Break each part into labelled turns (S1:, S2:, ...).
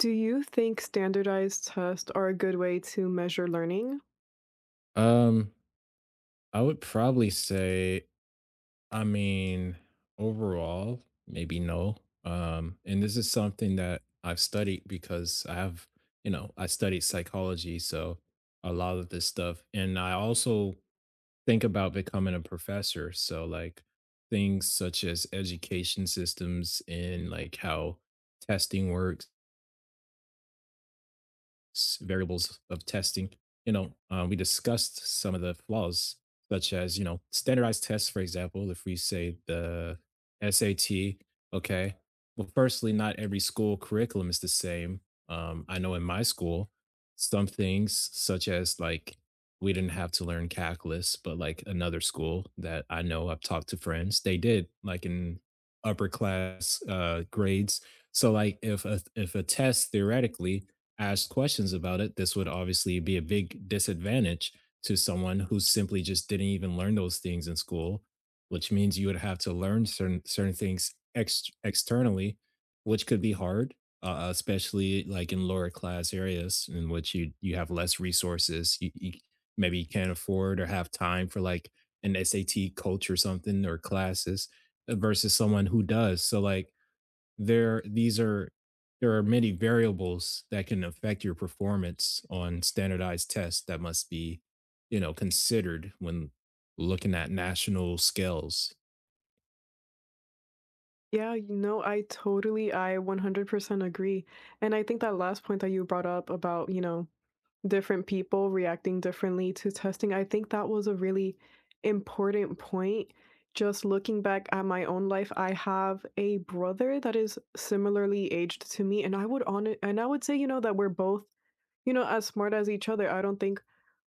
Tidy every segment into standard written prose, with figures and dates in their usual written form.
S1: Do you think standardized tests are a good way to measure learning?
S2: Um, I would probably say, I mean, overall, maybe no. And this is something that I've studied because I have, you know, I studied psychology, so a lot of this stuff. And I also think about becoming a professor. So like things such as education systems and like how testing works variables of testing. You know, we discussed some of the flaws, such as you know standardized tests, for example. If we say the SAT, okay, well, firstly, not every school curriculum is the same. I know in my school, some things such as like we didn't have to learn calculus, but like another school that I know I've talked to friends, they did like in upper class grades. So like if a test theoretically asked questions about it, this would obviously be a big disadvantage to someone who simply just didn't even learn those things in school, which means you would have to learn certain things externally, which could be hard, especially like in lower class areas in which you have less resources. You maybe you can't afford or have time for like an SAT coach or something or classes versus someone who does. So like there these are there are many variables that can affect your performance on standardized tests that must be, you know, considered when looking at national scales.
S1: Yeah, you know, I 100% agree. And I think that last point that you brought up about, you know, different people reacting differently to testing, I think that was a really important point. Just looking back at my own life, I have a brother that is similarly aged to me, and I would say, you know, that we're both, you know, as smart as each other. I don't think,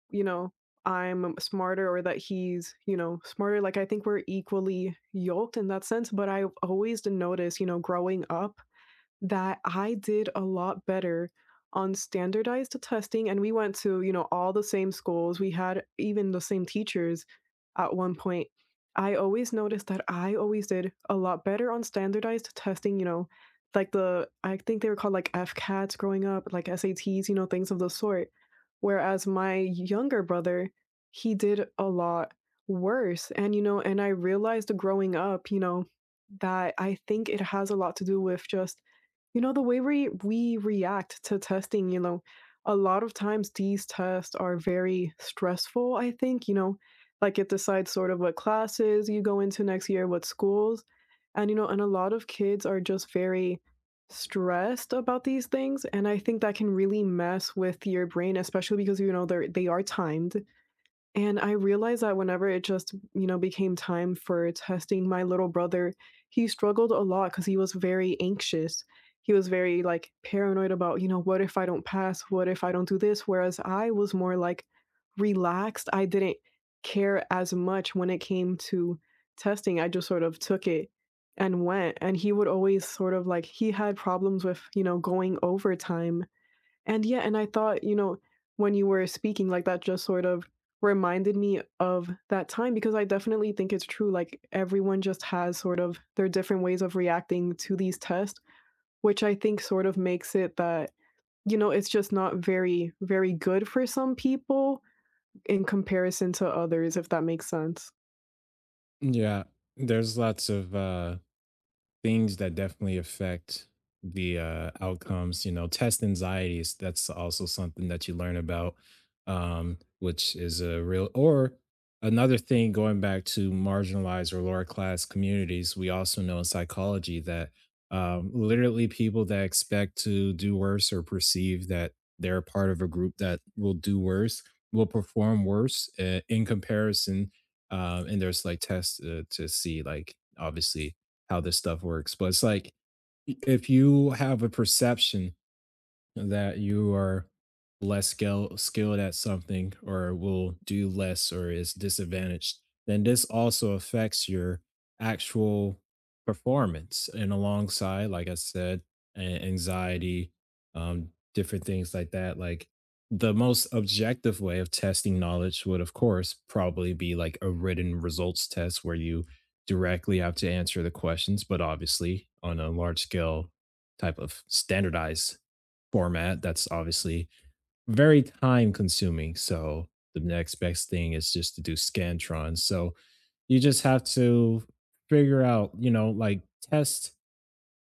S1: you know, I'm smarter or that he's, you know, smarter. Like I think we're equally yoked in that sense. But I always did notice, you know, growing up, that I did a lot better on standardized testing, and we went to, you know, all the same schools. We had even the same teachers at one point. I always noticed that I always did a lot better on standardized testing, you know, like I think they were called like FCATs growing up, like SATs, you know, things of the sort. Whereas my younger brother, he did a lot worse. And, you know, and I realized growing up, you know, that I think it has a lot to do with just, you know, the way we react to testing. You know, a lot of times these tests are very stressful, I think, you know, like it decides sort of what classes you go into next year, what schools. And, you know, and a lot of kids are just very stressed about these things, and I think that can really mess with your brain, especially because, you know, they are timed. And I realized that whenever it just, you know, became time for testing my little brother, he struggled a lot because he was very anxious. He was very, like, paranoid about, you know, "What if I don't pass? What if I don't do this?" Whereas I was more, like, relaxed. I didn't care as much when it came to testing. I just sort of took it and went, and he would always sort of, like, he had problems with, you know, going overtime. And yeah, and I thought, you know, when you were speaking like that, just sort of reminded me of that time, because I definitely think it's true. Like, everyone just has sort of their different ways of reacting to these tests, which I think sort of makes it that, you know, it's just not very, very good for some people in comparison to others, if that makes sense.
S2: Yeah, there's lots of things that definitely affect the outcomes. You know, test anxieties. That's also something that you learn about, which is a real or another thing. Going back to marginalized or lower class communities, we also know in psychology that literally people that expect to do worse or perceive that they're a part of a group that will do worse will perform worse in comparison. And there's like tests to see like obviously how this stuff works. But it's like if you have a perception that you are less skill skilled at something or will do less or is disadvantaged, then this also affects your actual performance. And alongside, like I said, anxiety, different things like that. Like the most objective way of testing knowledge would, of course, probably be like a written results test where you directly have to answer the questions, but obviously on a large scale type of standardized format that's obviously very time consuming. So the next best thing is just to do Scantron. So you just have to figure out, you know, like test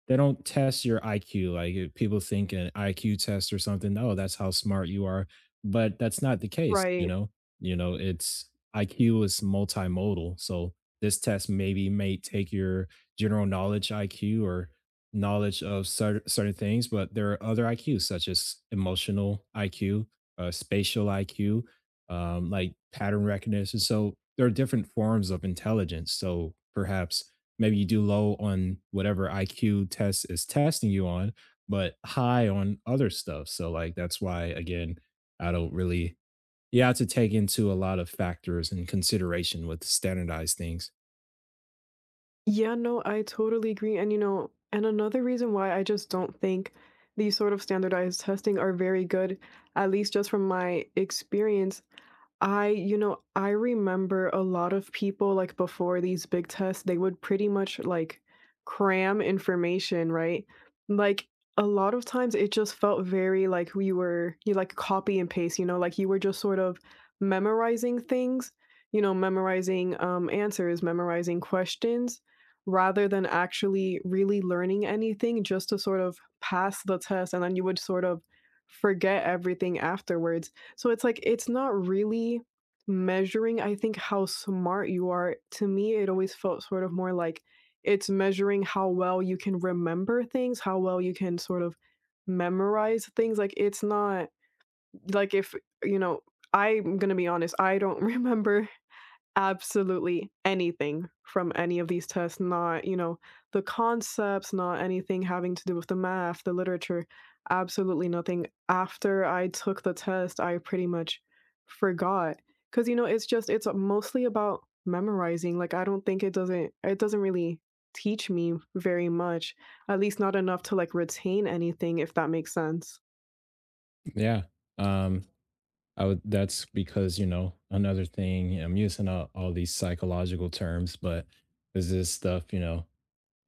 S2: they don't test your IQ. Like if people think an IQ test or something, oh, that's how smart you are. But that's not the case, you
S1: Right.
S2: know. You know, it's IQ is multimodal. So this test maybe may take your general knowledge IQ or knowledge of certain things, but there are other IQs such as emotional IQ, spatial IQ, like pattern recognition. So there are different forms of intelligence. So perhaps maybe you do low on whatever IQ test is testing you on, but high on other stuff. So like that's why again, I don't really you have to take into a lot of factors and consideration with standardized things.
S1: Yeah, no, I totally agree. And, you know, and another reason why I just don't think these sort of standardized testing are very good, at least just from my experience, I remember a lot of people, like, before these big tests, they would pretty much, like, cram information, right? Like, a lot of times it just felt very, like, we were, you, like, copy and paste, you know, like, you were just sort of memorizing things, you know, memorizing, answers, memorizing questions, rather than actually really learning anything, just to sort of pass the test, and then you would sort of forget everything afterwards. So it's like, it's not really measuring, I think, how smart you are. To me, it always felt sort of more like it's measuring how well you can remember things, how well you can sort of memorize things. Like, it's not like if, you know, I'm gonna be honest, I don't remember absolutely anything from any of these tests, not, you know, the concepts, not anything having to do with the math, the literature, absolutely nothing. After I took the test, I pretty much forgot, because, you know, it's just, it's mostly about memorizing. Like, I don't think, it doesn't really teach me very much, at least not enough to, like, retain anything, if that makes sense.
S2: Yeah. Um I would that's because, you know, another thing I'm using all these psychological terms, but is this stuff, you know,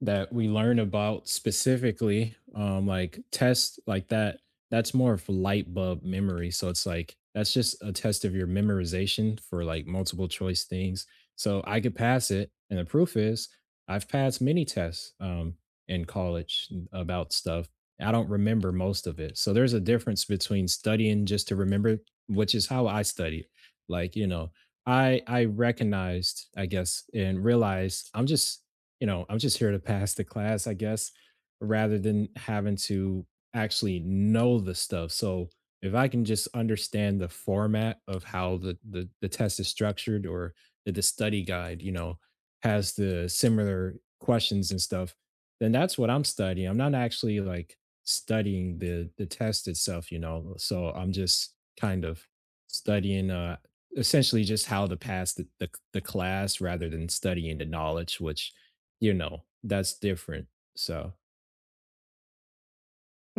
S2: that we learn about specifically like tests like that that's more of light bulb memory, so it's like that's just a test of your memorization for like multiple choice things. So I could pass it, and the proof is I've passed many tests in college about stuff I don't remember most of it. So there's a difference between studying just to remember, which is how I studied. Like, you know, I recognized, I guess, and realized I'm just, you know, I'm just here to pass the class, I guess, rather than having to actually know the stuff. So if I can just understand the format of how the test is structured or that the study guide, you know, has the similar questions and stuff, then that's what I'm studying. I'm not actually like studying the test itself, you know. So I'm just kind of studying essentially just how to pass the class rather than studying the knowledge, which, you know, that's different. So,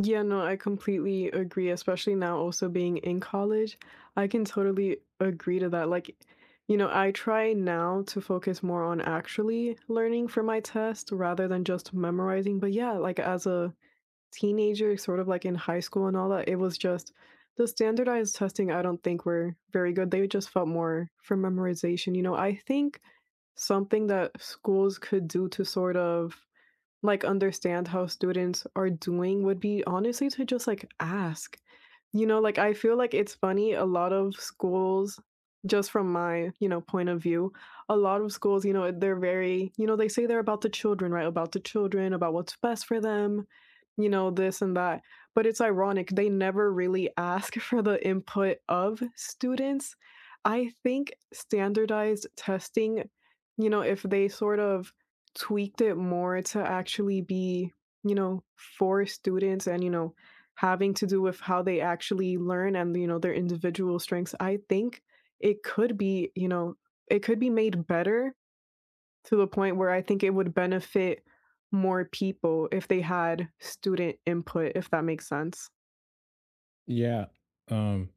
S1: Yeah, no, I completely agree, especially now also being in college. I can totally agree to that. Like, you know, I try now to focus more on actually learning for my test rather than just memorizing. But yeah, like, as a teenager, sort of like in high school and all that, it was just the standardized testing, I don't think were very good. They just felt more for memorization. You know, I think something that schools could do to sort of, like, understand how students are doing would be honestly to just, like, ask. You know, like, I feel like it's funny, a lot of schools, just from my, you know, point of view, a lot of schools, you know, they're very, you know, they say they're about the children, right? About the children, about what's best for them, you know, this and that, but it's ironic, they never really ask for the input of students. I think standardized testing, you know, if they sort of tweaked it more to actually be, you know, for students and, you know, having to do with how they actually learn and, you know, their individual strengths, I think it could be, you know, it could be made better, to the point where I think it would benefit more people if they had student input, if that makes sense.
S2: yeah, um,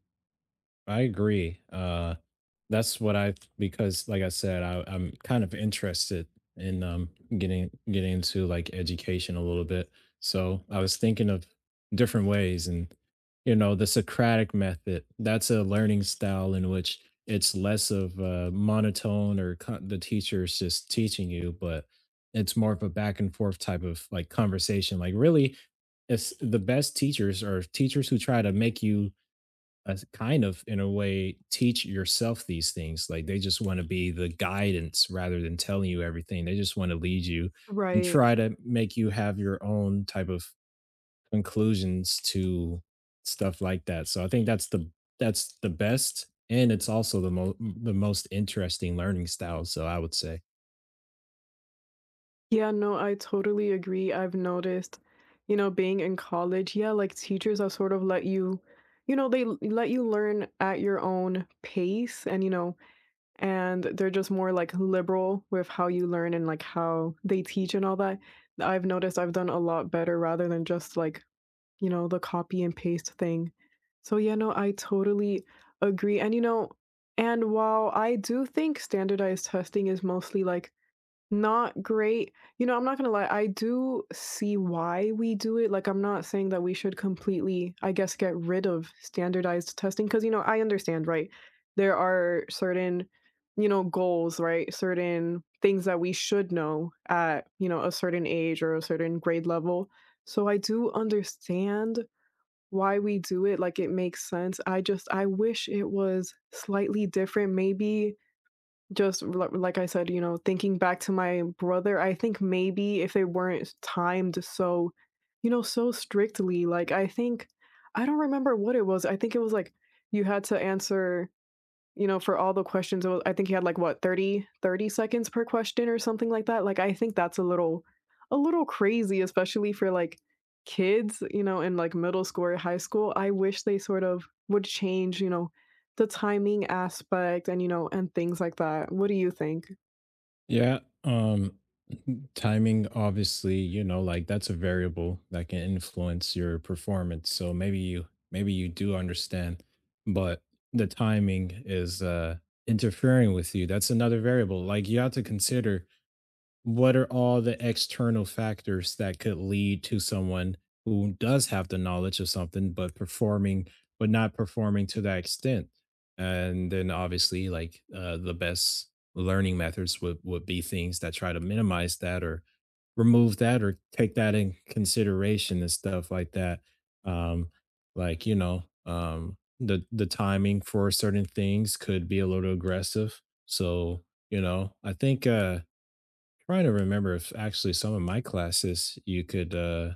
S2: I agree. That's what I because, like I said, I'm kind of interested in getting into like education a little bit. So I was thinking of different ways, and you know, the Socratic method. That's a learning style in which it's less of a monotone or the teacher's just teaching you, but it's more of a back and forth type of like conversation. Like really, it's the best teachers are teachers who try to make you kind of in a way teach yourself these things. Like they just want to be the guidance rather than telling you everything, they just want to lead you and
S1: Right.
S2: try to make you have your own type of conclusions to stuff like that. So I think that's the best, and it's also the most interesting learning style, so I would say.
S1: Yeah, no, I totally agree. I've noticed, you know, being in college, yeah, like, teachers have sort of let you, you know, they let you learn at your own pace and, you know, and they're just more like liberal with how you learn and like how they teach and all that. I've noticed I've done a lot better rather than just like, you know, the copy and paste thing. So, yeah, no, I totally agree. And, you know, and while I do think standardized testing is mostly, like, not great, you know, I'm not gonna lie, I do see why we do it. Like, I'm not saying that we should completely, I guess, get rid of standardized testing. Because, you know, I understand, right? There are certain, you know, goals, right? Certain things that we should know at, you know, a certain age or a certain grade level. So I do understand why we do it. Like, it makes sense. I wish it was slightly different, maybe just li like I said, you know, thinking back to my brother, I think maybe if they weren't timed so, you know, so strictly. Like, I think, I don't remember what it was, I think it was, like, you had to answer, you know, for all the questions, it wa I think he had, like, what, thirty seconds per question or something like that? Like, I think that's a little crazy, especially for, like, kids, you know, in, like, middle school or high school. I wish they sort of would change, you know, the timing aspect and, you know, and things like that. What do you think?
S2: Yeah. Timing obviously, you know, like that's a variable that can influence your performance. So maybe you do understand, but the timing is interfering with you. That's another variable. Like you have to consider what are all the external factors that could lead to someone who does have the knowledge of something but performing but not performing to that extent, and then obviously like the best learning methods would be things that try to minimize that or remove that or take that in consideration and stuff like that. um like, you know, the timing for certain things could be a little aggressive. So, you know, I think trying to remember if actually some of my classes you could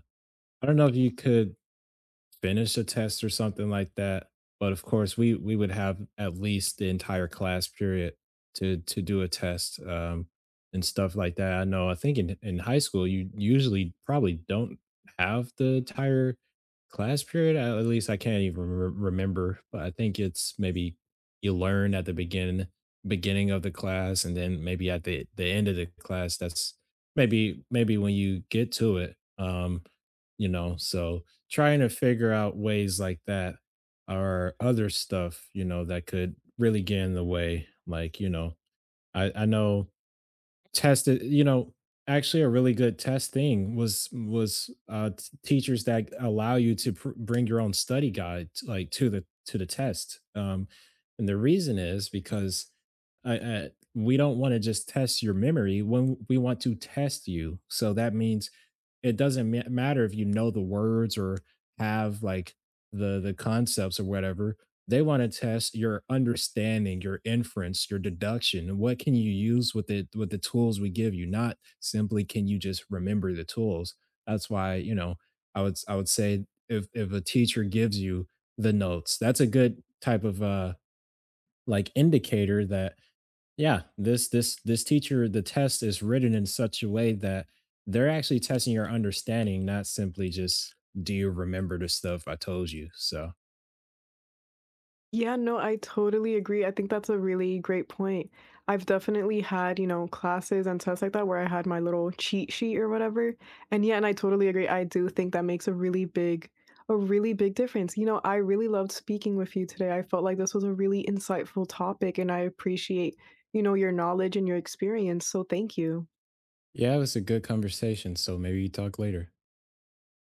S2: I don't know if you could finish a test or something like that. But of course, we would have at least the entire class period to do a test and stuff like that. I know. I think in high school, you usually probably don't have the entire class period. At least I can't even remember. But I think it's maybe you learn at the beginning of the class, and then maybe at the end of the class. That's maybe when you get to it. Um, you know, so trying to figure out ways like that or other stuff, you know, that could really get in the way. Like, you know, I know tested, you know, actually a really good test thing was teachers that allow you to bring your own study guide like to the test. And the reason is because I we don't want to just test your memory when we want to test you. So that means it doesn't matter if you know the words or have like the concepts or whatever, they want to test your understanding, your inference, your deduction, and what can you use with it, with the tools we give you, not simply can you just remember the tools. That's why, you know, I would say if a teacher gives you the notes, that's a good type of like indicator that yeah, this teacher, the test is written in such a way that they're actually testing your understanding, not simply just do you remember the stuff I told you. So
S1: Yeah, no, I totally agree. I think that's a really great point. I've definitely had, you know, classes and tests like that where I had my little cheat sheet or whatever. And yeah, and I totally agree. I do think that makes a really big difference. You know, I really loved speaking with you today. I felt like this was a really insightful topic, and I appreciate, you know, your knowledge and your experience. So thank you.
S2: yeah, it was a good conversation. So maybe you talk later.